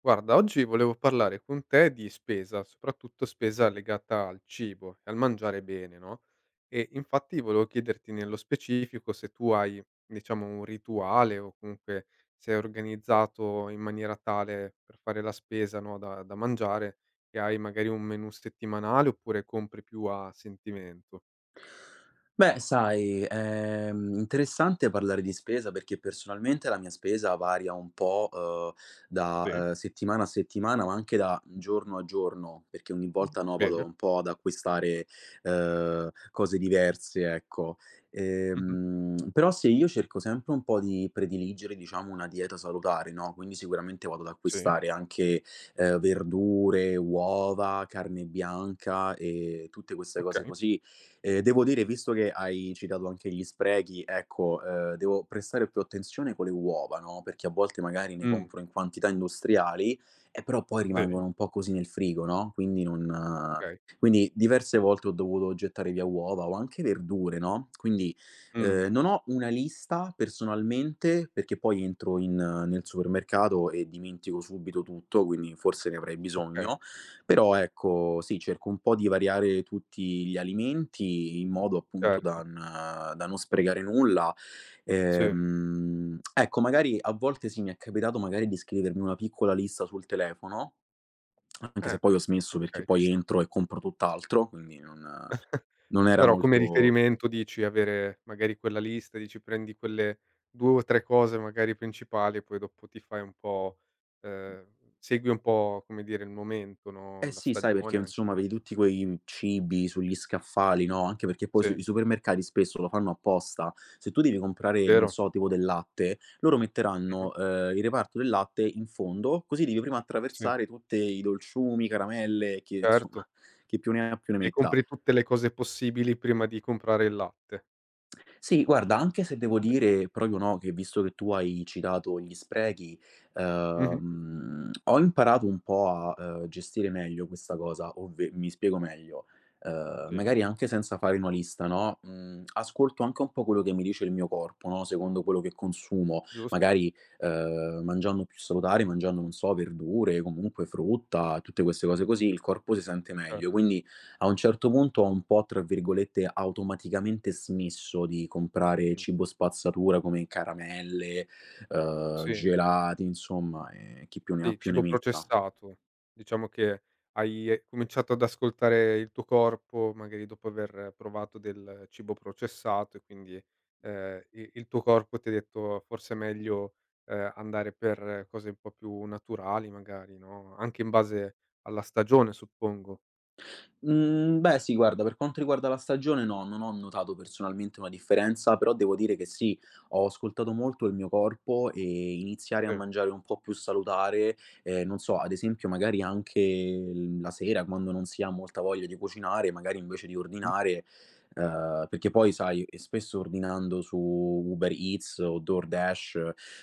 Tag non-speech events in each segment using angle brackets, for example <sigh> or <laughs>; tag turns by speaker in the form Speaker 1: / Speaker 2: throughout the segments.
Speaker 1: Guarda, oggi volevo parlare con te di spesa, soprattutto spesa legata al cibo e al mangiare bene, no? E infatti volevo chiederti nello specifico se tu hai, diciamo, un rituale o comunque sei organizzato in maniera tale per fare la spesa, no, da mangiare, che hai magari un menù settimanale oppure compri più a sentimento.
Speaker 2: Beh, sai, è, interessante parlare di spesa perché personalmente la mia spesa varia un po', da,
Speaker 1: Sì,
Speaker 2: settimana a settimana, ma anche da giorno a giorno, perché ogni volta, no, vado
Speaker 1: bene.
Speaker 2: un po' ad acquistare, cose diverse, ecco.
Speaker 1: Mhm.
Speaker 2: Però sì, io cerco sempre un po' di prediligere, diciamo, una dieta salutare, no, quindi sicuramente vado ad
Speaker 1: Sì,
Speaker 2: acquistare anche, verdure, uova, carne bianca e tutte queste cose
Speaker 1: ok.
Speaker 2: così. Devo dire, visto che hai citato anche gli sprechi, ecco, devo prestare più attenzione con le uova, no, perché a volte magari ne
Speaker 1: Mm,
Speaker 2: compro in quantità industriali, e però poi
Speaker 1: sì,
Speaker 2: rimangono un po' così nel frigo, no, quindi non eh,
Speaker 1: ok.
Speaker 2: quindi diverse volte ho dovuto gettare via uova o anche verdure, no, quindi,
Speaker 1: Mm,
Speaker 2: non ho una lista personalmente, perché poi entro in nel supermercato e dimentico subito tutto, quindi forse ne avrei
Speaker 1: ok,
Speaker 2: bisogno, però ecco, sì, cerco un po' di variare tutti gli alimenti in modo appunto
Speaker 1: certo.
Speaker 2: da non sprecare nulla.
Speaker 1: Sì,
Speaker 2: Ecco, magari a volte sì, mi è capitato magari di scrivermi una piccola lista sul telefono, anche
Speaker 1: eh,
Speaker 2: se poi ho smesso
Speaker 1: ok,
Speaker 2: perché
Speaker 1: ci
Speaker 2: poi
Speaker 1: sta.
Speaker 2: entro e compro tutt'altro, quindi non non era
Speaker 1: Però come
Speaker 2: molto.
Speaker 1: riferimento dici avere magari quella lista, dici prendi quelle due o tre cose magari principali e poi dopo ti fai un po' ehm, segui un po', come dire, il momento, no,
Speaker 2: Eh
Speaker 1: la
Speaker 2: sì, sai, perché
Speaker 1: stagione anche
Speaker 2: insomma vedi
Speaker 1: immagino.
Speaker 2: tutti quei cibi sugli scaffali, no, anche perché poi su
Speaker 1: Sì,
Speaker 2: i supermercati spesso lo fanno apposta. Se tu devi comprare, non
Speaker 1: vero.
Speaker 2: so, tipo del latte, loro
Speaker 1: Mh-mh.
Speaker 2: metteranno, il reparto del latte in fondo, così devi prima
Speaker 1: Sì,
Speaker 2: attraversare tutte i dolciumi, caramelle, che insomma,
Speaker 1: certo.
Speaker 2: chi più ne ha più ne
Speaker 1: E
Speaker 2: metta.
Speaker 1: compri tutte le cose possibili prima di comprare il latte.
Speaker 2: Sì, guarda, anche se devo dire proprio no, che visto che tu hai citato gli sprechi,
Speaker 1: Mh-mh.
Speaker 2: ho imparato un po' a, gestire meglio questa cosa, mi spiego meglio.
Speaker 1: Sì,
Speaker 2: Magari anche senza fare una lista, no? Mm, ascolto anche un po' quello che mi dice il mio corpo, no? Secondo quello che consumo,
Speaker 1: giusto,
Speaker 2: magari mangiando più salutare, mangiando, non so, verdure, comunque frutta, tutte queste cose così, il corpo si sente
Speaker 1: certo.
Speaker 2: meglio. Quindi a un certo punto ho un po', tra virgolette, "automaticamente" smesso di comprare
Speaker 1: Mh.
Speaker 2: cibo spazzatura come caramelle,
Speaker 1: Sì.
Speaker 2: gelati, insomma, e chi più ne ha
Speaker 1: Sì,
Speaker 2: più ne
Speaker 1: cibo
Speaker 2: metta.
Speaker 1: processato. Diciamo che hai cominciato ad ascoltare il tuo corpo, magari dopo aver provato del cibo processato e quindi, i il tuo corpo ti ha detto: "Forse è meglio, andare per cose un po' più naturali magari", no, anche in base alla stagione suppongo.
Speaker 2: Mhmm, beh sì, guarda, per quanto riguarda la stagione no, non ho notato personalmente una differenza, però devo dire che sì, ho ascoltato molto il mio corpo e iniziare a
Speaker 1: Sì.
Speaker 2: mangiare un po' più salutare, non so, ad esempio magari anche l la sera quando non si ha molta voglia di cucinare, magari invece di
Speaker 1: Mh-mh.
Speaker 2: ordinare perché poi sai, spesso ordinando su Uber Eats o DoorDash,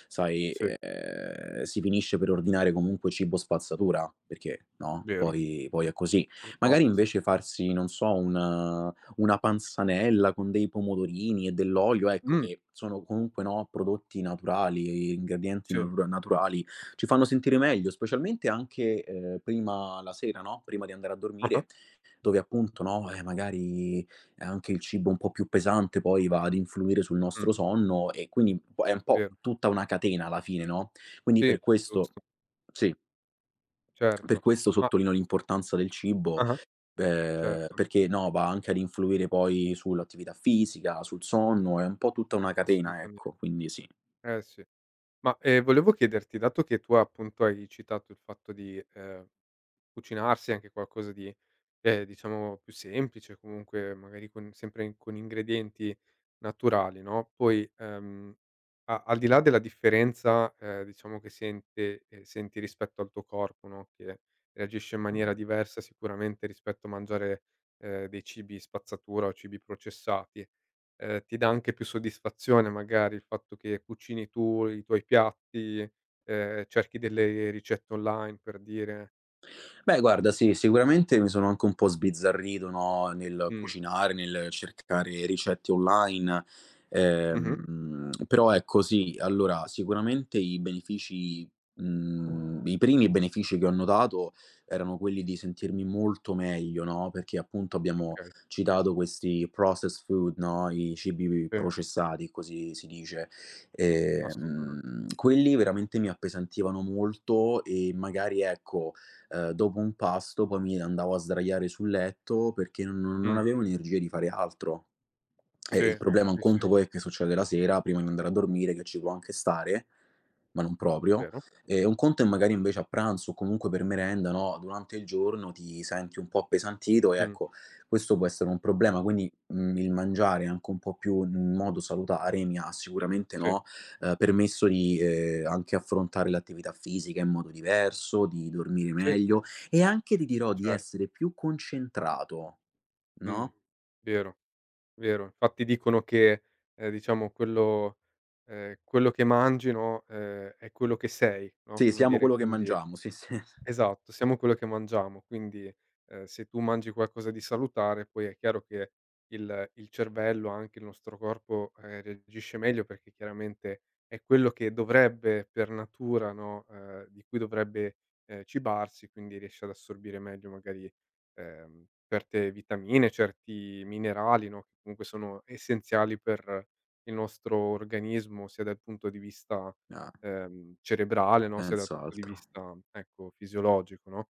Speaker 2: sai,
Speaker 1: Sì,
Speaker 2: si finisce per ordinare comunque cibo spazzatura, perché no,
Speaker 1: vero,
Speaker 2: poi è così. Magari
Speaker 1: purtroppo sì.
Speaker 2: invece farsi, non so, una panzanella con dei pomodorini e dell'olio,
Speaker 1: Mh.
Speaker 2: ecco, che sono comunque, no, prodotti naturali, ingredienti
Speaker 1: Sì.
Speaker 2: naturali, ci fanno sentire meglio, specialmente anche, prima la sera, no, prima di andare a
Speaker 1: Ah-ah.
Speaker 2: dormire, dove appunto, no, magari anche il cibo un po' più pesante poi va ad influire sul
Speaker 1: Mh,
Speaker 2: nostro sonno e quindi po è un po'
Speaker 1: vero.
Speaker 2: tutta una catena alla fine, no, quindi per
Speaker 1: Sì,
Speaker 2: questo
Speaker 1: giusto,
Speaker 2: sì, per
Speaker 1: certo.
Speaker 2: questo
Speaker 1: Ma,
Speaker 2: sottolineo l'importanza del cibo.
Speaker 1: ah-ah, certo,
Speaker 2: Perché no, va anche ad influire poi sull'attività fisica, sul sonno, è un po' tutta una catena,
Speaker 1: assolutamente.
Speaker 2: ecco, quindi sì.
Speaker 1: Eh sì. Ma, volevo chiederti, dato che tu appunto hai citato il fatto di cucinarsi anche qualcosa di diciamo più semplice, comunque magari con sempre in con ingredienti naturali, no, poi, a al di là della differenza, diciamo che sente senti rispetto al tuo corpo, no, che reagisce in maniera diversa sicuramente rispetto a mangiare, dei cibi spazzatura o cibi processati, ti dà anche più soddisfazione magari il fatto che cucini tu i tuoi piatti, cerchi delle ricette online per dire.
Speaker 2: Beh, guarda, sì, sicuramente mi sono anche un po' sbizzarrito, no, nel
Speaker 1: Mh.
Speaker 2: cucinare, nel cercare ricette online,
Speaker 1: Mh-mh.
Speaker 2: però ecco sì, allora sicuramente i benefici i primi benefici che ho notato erano quelli di sentirmi molto meglio, no, perché appunto abbiamo
Speaker 1: Okay,
Speaker 2: citato questi processed food, no, i cibi
Speaker 1: sì,
Speaker 2: processati, così si dice.
Speaker 1: assolutamente.
Speaker 2: Quelli veramente mi appesantivano molto e magari, ecco, dopo un pasto poi mi andavo a sdraiare sul letto perché non
Speaker 1: Mh,
Speaker 2: avevo energia di fare altro. Il
Speaker 1: sì,
Speaker 2: problema un
Speaker 1: sì, sì,
Speaker 2: conto poi è che succede la sera prima di andare a dormire, che ci può anche stare, ma non proprio,
Speaker 1: vero.
Speaker 2: e un conto è magari invece a pranzo o comunque per merenda, no, durante il giorno ti senti un po' appesantito e
Speaker 1: Mh,
Speaker 2: ecco, questo può essere un problema. Quindi, il mangiare anche un po' più in modo salutare mi ha sicuramente,
Speaker 1: sì,
Speaker 2: no, permesso di, anche affrontare l'attività fisica in modo diverso, di dormire
Speaker 1: sì,
Speaker 2: meglio e anche ti dirò di
Speaker 1: certo.
Speaker 2: essere più concentrato,
Speaker 1: Mh,
Speaker 2: no?
Speaker 1: vero, vero. Infatti dicono che, diciamo, quello che mangi, no, è quello che sei, no,
Speaker 2: Sì,
Speaker 1: come
Speaker 2: siamo
Speaker 1: dire,
Speaker 2: quello che
Speaker 1: quindi.
Speaker 2: mangiamo, sì, sì. <laughs>
Speaker 1: Esatto, siamo quello che mangiamo, quindi, se tu mangi qualcosa di salutare poi è chiaro che il cervello, anche il nostro corpo, reagisce meglio perché chiaramente è quello che dovrebbe per natura, no, di cui dovrebbe cibarsi, quindi riesce ad assorbire meglio magari certe vitamine, certi minerali, no, che comunque sono essenziali per il nostro organismo, sia dal punto di vista
Speaker 2: Ah,
Speaker 1: cerebrale, no, sia dal punto di
Speaker 2: senz'altro.
Speaker 1: vista, ecco, fisiologico, no.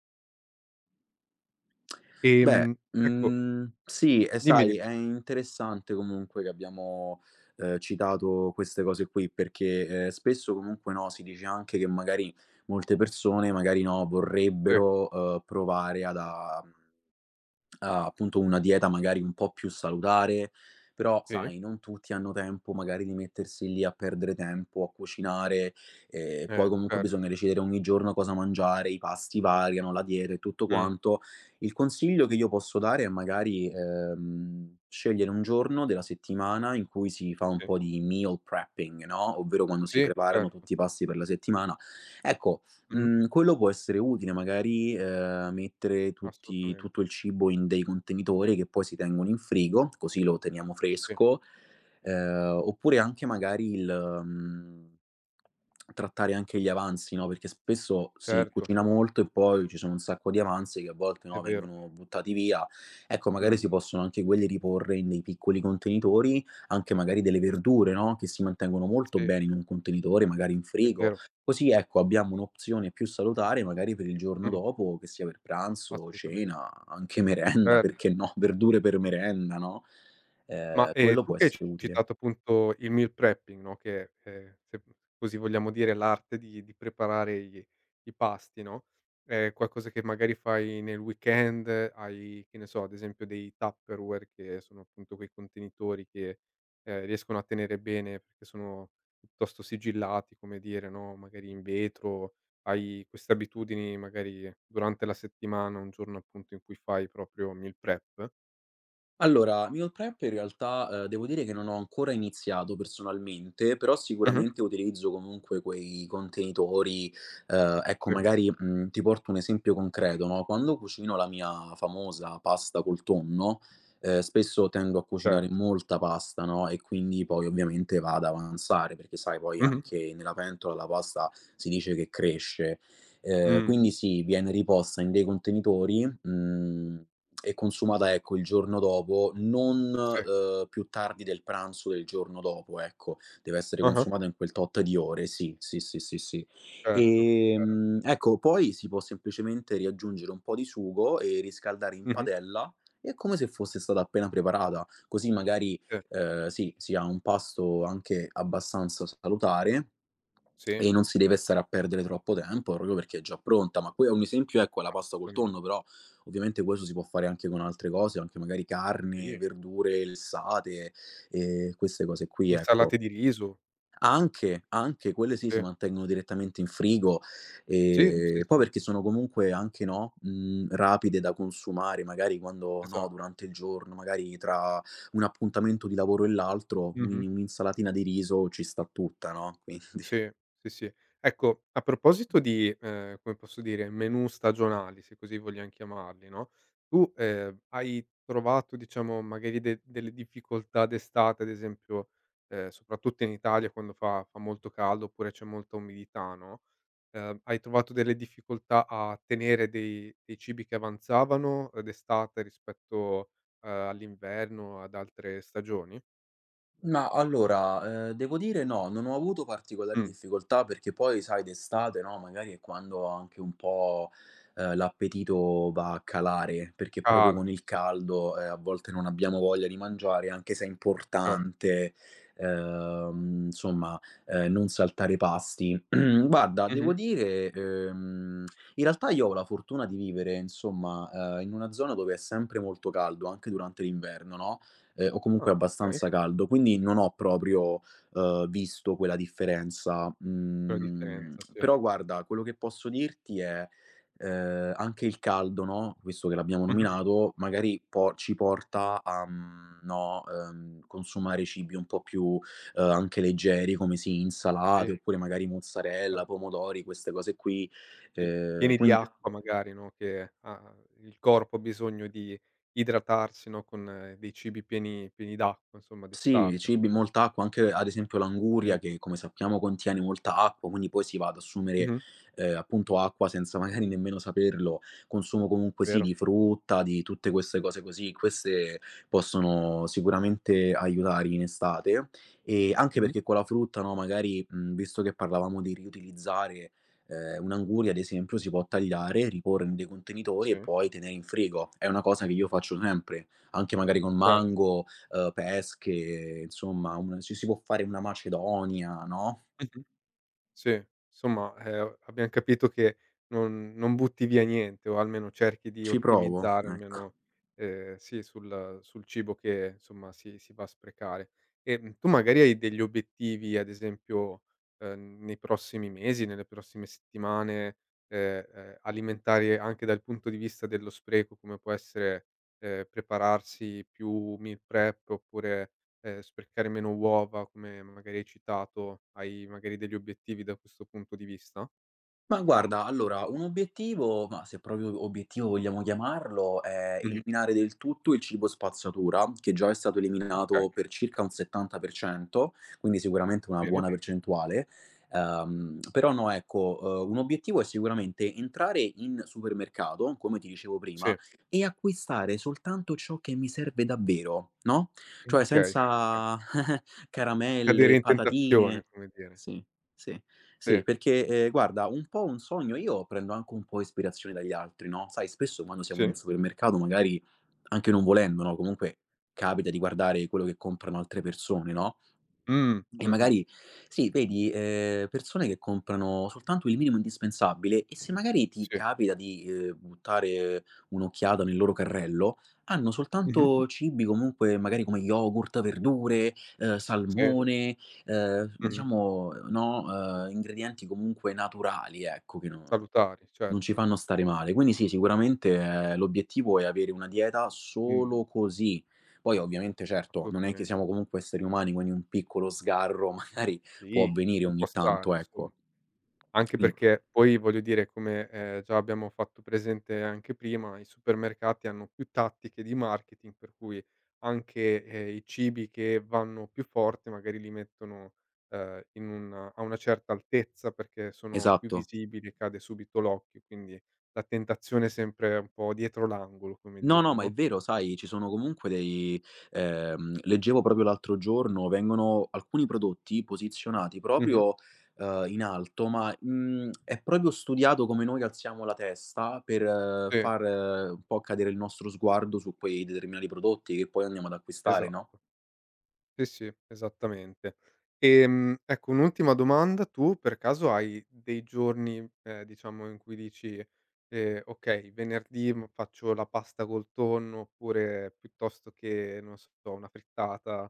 Speaker 2: Beh,
Speaker 1: Ecco,
Speaker 2: sì, e
Speaker 1: dimmi,
Speaker 2: sai,
Speaker 1: dimmi.
Speaker 2: è interessante comunque che abbiamo, citato queste cose qui, perché, spesso comunque, no, si dice anche che magari molte persone, magari no,
Speaker 1: Sì,
Speaker 2: vorrebbero, provare ad a mhmm a appunto una dieta magari un po' più salutare, però
Speaker 1: sì,
Speaker 2: sai, non tutti hanno tempo magari di mettersi lì a perdere tempo, a cucinare, e poi comunque
Speaker 1: cer
Speaker 2: bisogna decidere ogni giorno cosa mangiare, i pasti variano, la dieta e tutto
Speaker 1: mh,
Speaker 2: quanto. Il consiglio che io posso dare è magari, scegliere un giorno della settimana in cui si fa un
Speaker 1: sì.
Speaker 2: po' di meal prepping, no, ovvero quando si
Speaker 1: Sì,
Speaker 2: preparano
Speaker 1: certo.
Speaker 2: tutti i pasti per la settimana. Ecco,
Speaker 1: Mh-mh,
Speaker 2: Quello può essere utile magari, mettere tutti
Speaker 1: assolutamente.
Speaker 2: tutto il cibo in dei contenitori che poi si tengono in frigo, così lo teniamo
Speaker 1: Sì,
Speaker 2: fresco, oppure anche magari trattare anche gli avanzi, no, perché spesso si
Speaker 1: certo,
Speaker 2: cucina molto e poi ci sono un sacco di avanzi che a volte,
Speaker 1: è
Speaker 2: no,
Speaker 1: vero.
Speaker 2: vengono buttati via. Ecco, magari
Speaker 1: Mh,
Speaker 2: si possono anche quelli riporre in dei piccoli contenitori, anche magari delle
Speaker 1: giusto.
Speaker 2: verdure, no, che si mantengono molto
Speaker 1: Sì,
Speaker 2: bene in un contenitore, magari in
Speaker 1: è
Speaker 2: frigo.
Speaker 1: vero.
Speaker 2: Così, ecco, abbiamo un'opzione più salutare magari per il giorno
Speaker 1: Mh-mh.
Speaker 2: dopo, che sia per pranzo,
Speaker 1: Assolutamen
Speaker 2: cena, anche merenda, <laughs>
Speaker 1: cer
Speaker 2: perché no, verdure per merenda, no,
Speaker 1: Ma,
Speaker 2: quello
Speaker 1: tu
Speaker 2: può
Speaker 1: che hai ci
Speaker 2: essere utile.
Speaker 1: citato appunto il meal prepping, no, che, se così vogliamo dire, l'arte di preparare i pasti, no, è qualcosa che magari fai nel weekend, hai, che ne so, ad esempio, dei Tupperware, che sono appunto quei contenitori che riescono a tenere bene perché sono piuttosto sigillati, come dire, no, magari in vetro. Hai queste abitudini magari durante la settimana, un giorno appunto in cui fai proprio meal prep?
Speaker 2: Allora, meal prep in realtà, devo dire che non ho ancora iniziato personalmente, però
Speaker 1: Mh-mh.
Speaker 2: sicuramente utilizzo comunque quei contenitori, ecco
Speaker 1: Sì,
Speaker 2: magari, ti porto un esempio concreto, no, quando cucino la mia famosa pasta col tonno, spesso tendo a cucinare
Speaker 1: certo.
Speaker 2: molta pasta, no, e quindi poi ovviamente va ad avanzare, perché sai poi
Speaker 1: Mh-mh.
Speaker 2: anche nella pentola la pasta si dice che cresce.
Speaker 1: Mh,
Speaker 2: Quindi sì, viene riposta in dei contenitori, mhmm e consumata, ecco, il giorno dopo, non,
Speaker 1: sì.
Speaker 2: più tardi del pranzo del giorno dopo, ecco. Deve essere
Speaker 1: Ah-ah,
Speaker 2: consumata in quel tot di ore, sì, sì, sì, sì, sì.
Speaker 1: certo, cer
Speaker 2: Ecco, poi si può semplicemente riaggiungere un po' di sugo e riscaldare in
Speaker 1: mh-mh,
Speaker 2: padella e è come se fosse stata appena preparata. Così magari,
Speaker 1: sì,
Speaker 2: sì, si ha un pasto anche abbastanza salutare
Speaker 1: sì,
Speaker 2: e non si deve stare a perdere troppo tempo proprio perché è già pronta. Ma poi è un esempio, ecco, è la pasta col
Speaker 1: assolutamen
Speaker 2: tonno, però ovviamente questo si può fare anche con altre cose, anche magari carne,
Speaker 1: sì,
Speaker 2: verdure lessate, queste cose qui, ecco.
Speaker 1: insalate di riso,
Speaker 2: Anche, anche quelle sì, si
Speaker 1: sì.
Speaker 2: mantengono direttamente in frigo,
Speaker 1: Sì, sì,
Speaker 2: poi
Speaker 1: sì,
Speaker 2: perché sono comunque anche, no, rapide da consumare, magari quando no,
Speaker 1: esatto.
Speaker 2: durante il giorno, magari tra un appuntamento di lavoro e l'altro,
Speaker 1: Mh-mh,
Speaker 2: un'insalatina di riso ci sta tutta, no, quindi
Speaker 1: sì, sì, sì. Ecco, a proposito di, come posso dire, menù stagionali, se così vogliam chiamarli, no, tu hai trovato, diciamo, magari de delle difficoltà d'estate, ad esempio, soprattutto in Italia quando fa molto caldo oppure c'è molta umidità, no? Hai trovato delle difficoltà a tenere dei cibi che avanzavano, d'estate rispetto all'inverno, ad altre stagioni?
Speaker 2: ma allora, devo dire no, non ho avuto particolari
Speaker 1: Mh,
Speaker 2: difficoltà perché poi sai d'estate, no, magari è quando anche un po', l'appetito va a calare, perché proprio
Speaker 1: cala,
Speaker 2: con il
Speaker 1: sì,
Speaker 2: caldo, a volte non abbiamo voglia di mangiare, anche se è
Speaker 1: certo.
Speaker 2: importante, insomma, non saltare pasti. <clears throat> Guarda,
Speaker 1: Mh-mh.
Speaker 2: devo dire, in realtà io ho la fortuna di vivere, insomma, in una zona dove è sempre molto caldo, anche durante l'inverno, no, o comunque
Speaker 1: Ah, okay,
Speaker 2: abbastanza caldo, quindi non ho proprio, visto quella differenza.
Speaker 1: quella
Speaker 2: Mhmm,
Speaker 1: differenza, sì.
Speaker 2: però guarda, quello che posso dirti è, anche il caldo, no, visto che l'abbiamo
Speaker 1: Mh-mh.
Speaker 2: nominato, magari po ci porta a, no, consumare cibi un po' più, anche leggeri, come sì,
Speaker 1: Sì,
Speaker 2: insalate, oppure magari mozzarella,
Speaker 1: esatto,
Speaker 2: pomodori, queste cose qui.
Speaker 1: sì. Pieni di
Speaker 2: Quin
Speaker 1: acqua magari, no, che ha il corpo ha bisogno di idratarsi, no, con dei cibi pieni pieni d'acqua, insomma,
Speaker 2: Sì, i
Speaker 1: d'estate.
Speaker 2: cibi, molta acqua, anche ad esempio
Speaker 1: Sì.
Speaker 2: l'anguria che come sappiamo contiene molta acqua, quindi poi si va ad assumere,
Speaker 1: Mh-mh.
Speaker 2: appunto acqua senza <laughs> magari nemmeno saperlo. Consumo comunque sì
Speaker 1: Vero.
Speaker 2: di frutta, di tutte queste cose così, queste possono sicuramente aiutare in estate, e anche
Speaker 1: Mh-mh.
Speaker 2: perché con la frutta, no, magari, visto che parlavamo di riutilizzare, un'anguria ad esempio si può tagliare, riporre in dei contenitori
Speaker 1: Sì,
Speaker 2: e poi tenere in frigo. È una cosa che io faccio sempre, anche magari con
Speaker 1: certo.
Speaker 2: mango, pesche, insomma, un ci si può fare una macedonia, no,
Speaker 1: Mh-mh. Sì, insomma, abbiam capito che non butti via niente, o almeno cerchi di
Speaker 2: ci provo,
Speaker 1: ottimizzare
Speaker 2: ecco.
Speaker 1: almeno, sì, sul cibo che insomma si va a sprecare. Tu magari hai degli obiettivi, ad esempio nei prossimi mesi, nelle prossime settimane, alimentari, anche dal punto di vista dello spreco, come può essere prepararsi più meal prep oppure sprecare meno uova, come magari hai citato. Hai magari degli obiettivi da questo punto di vista?
Speaker 2: Ma guarda, allora, un obiettivo, ma se proprio obiettivo vogliamo chiamarlo, è
Speaker 1: Mh-mh.
Speaker 2: eliminare del tutto il cibo spazzatura, che già è stato
Speaker 1: Okay,
Speaker 2: eliminato per circa un 70%, quindi sicuramente una
Speaker 1: bene.
Speaker 2: buona percentuale. Però no, ecco, un obiettivo è sicuramente entrare in supermercato, come ti dicevo prima,
Speaker 1: Sì.
Speaker 2: e acquistare soltanto ciò che mi serve davvero, no? Cioè
Speaker 1: Okay, okay.
Speaker 2: senza <laughs>
Speaker 1: Cadere
Speaker 2: caramelle,
Speaker 1: in
Speaker 2: patatine.
Speaker 1: tentazione, come dire.
Speaker 2: Sì, sì.
Speaker 1: Sì,
Speaker 2: Sì, perché, guarda, un po' un sogno io prendo anche un po' ispirazione dagli altri, no, sai spesso quando siamo in un
Speaker 1: sì.
Speaker 2: supermercato magari anche non volendo, no, comunque capita di guardare quello che comprano altre persone, no? E
Speaker 1: Mh-mh.
Speaker 2: magari sì, vedi, persone che comprano soltanto il minimo indispensabile e se magari ti
Speaker 1: Sì.
Speaker 2: capita di, buttare un'occhiata nel loro carrello, hanno
Speaker 1: Mh-mh.
Speaker 2: soltanto cibi comunque magari come yogurt, verdure,
Speaker 1: Sì.
Speaker 2: salmone.
Speaker 1: Mh-mh.
Speaker 2: Diciamo, no, ingredienti comunque naturali, ecco, che no
Speaker 1: Salutari,
Speaker 2: non ci
Speaker 1: certo.
Speaker 2: fanno
Speaker 1: Sì,
Speaker 2: stare
Speaker 1: sì,
Speaker 2: male.
Speaker 1: sì.
Speaker 2: Quindi sì, sicuramente l'obiettivo è avere una dieta
Speaker 1: Mh,
Speaker 2: solo così. Poi ovviamente certo, non è che
Speaker 1: assolutamente.
Speaker 2: siamo comunque esseri umani, quindi un piccolo sgarro <laughs> magari può
Speaker 1: Sì,
Speaker 2: avvenire
Speaker 1: ci può
Speaker 2: ogni
Speaker 1: stare,
Speaker 2: tanto,
Speaker 1: insomma.
Speaker 2: ecco.
Speaker 1: Anche
Speaker 2: Quin
Speaker 1: perché poi, voglio dire, come già abbiamo fatto presente anche prima, i supermercati hanno più tattiche di marketing, per cui anche i cibi che vanno più forte magari li mettono in un a una certa altezza perché sono più
Speaker 2: Esatto.
Speaker 1: visibili, cade subito l'occhio, quindi la tentazione è sempre un po' dietro l'angolo, come
Speaker 2: No,
Speaker 1: dire,
Speaker 2: no, ma è
Speaker 1: no?
Speaker 2: vero, sai, ci sono comunque dei leggevo proprio l'altro giorno, vengono alcuni prodotti posizionati
Speaker 1: Mh-mh.
Speaker 2: proprio, in alto, ma, è proprio studiato come noi alziamo la testa per
Speaker 1: Sì,
Speaker 2: far un po' cadere il nostro sguardo su quei determinati prodotti che poi andiamo ad acquistare, no?
Speaker 1: esatto. Sì, sì, esattamente. Ecco un'ultima domanda: tu per caso hai dei giorni, diciamo, in cui dici "Okay, venerdì m faccio la pasta col tonno", oppure piuttosto che, non so, una frittata.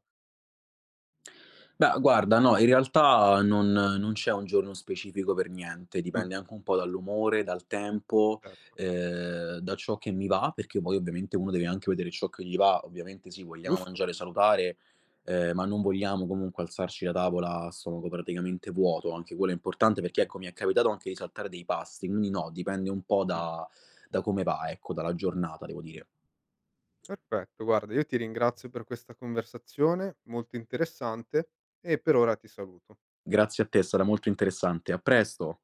Speaker 2: Beh, guarda, no, in realtà non c'è un giorno specifico per niente,
Speaker 1: Mh,
Speaker 2: dipende anche un po' dall'umore, dal tempo,
Speaker 1: certo.
Speaker 2: da ciò che mi va, perché poi ovviamente uno deve anche vedere ciò che gli va. Ovviamente sì, vogliamo
Speaker 1: Giusto?
Speaker 2: mangiare salutare, ma non vogliamo comunque alzarci da tavola a stomaco praticamente vuoto, anche quello è importante perché,
Speaker 1: Sì,
Speaker 2: ecco, mi è capitato anche di saltare dei pasti, quindi no, dipende un po'
Speaker 1: mh.
Speaker 2: da da come va, ecco, dalla giornata devo dire.
Speaker 1: Perfetto, guarda, io ti ringrazio per questa conversazione molto interessante e per ora ti saluto.
Speaker 2: Grazie a te, è stata molto interessante. A presto.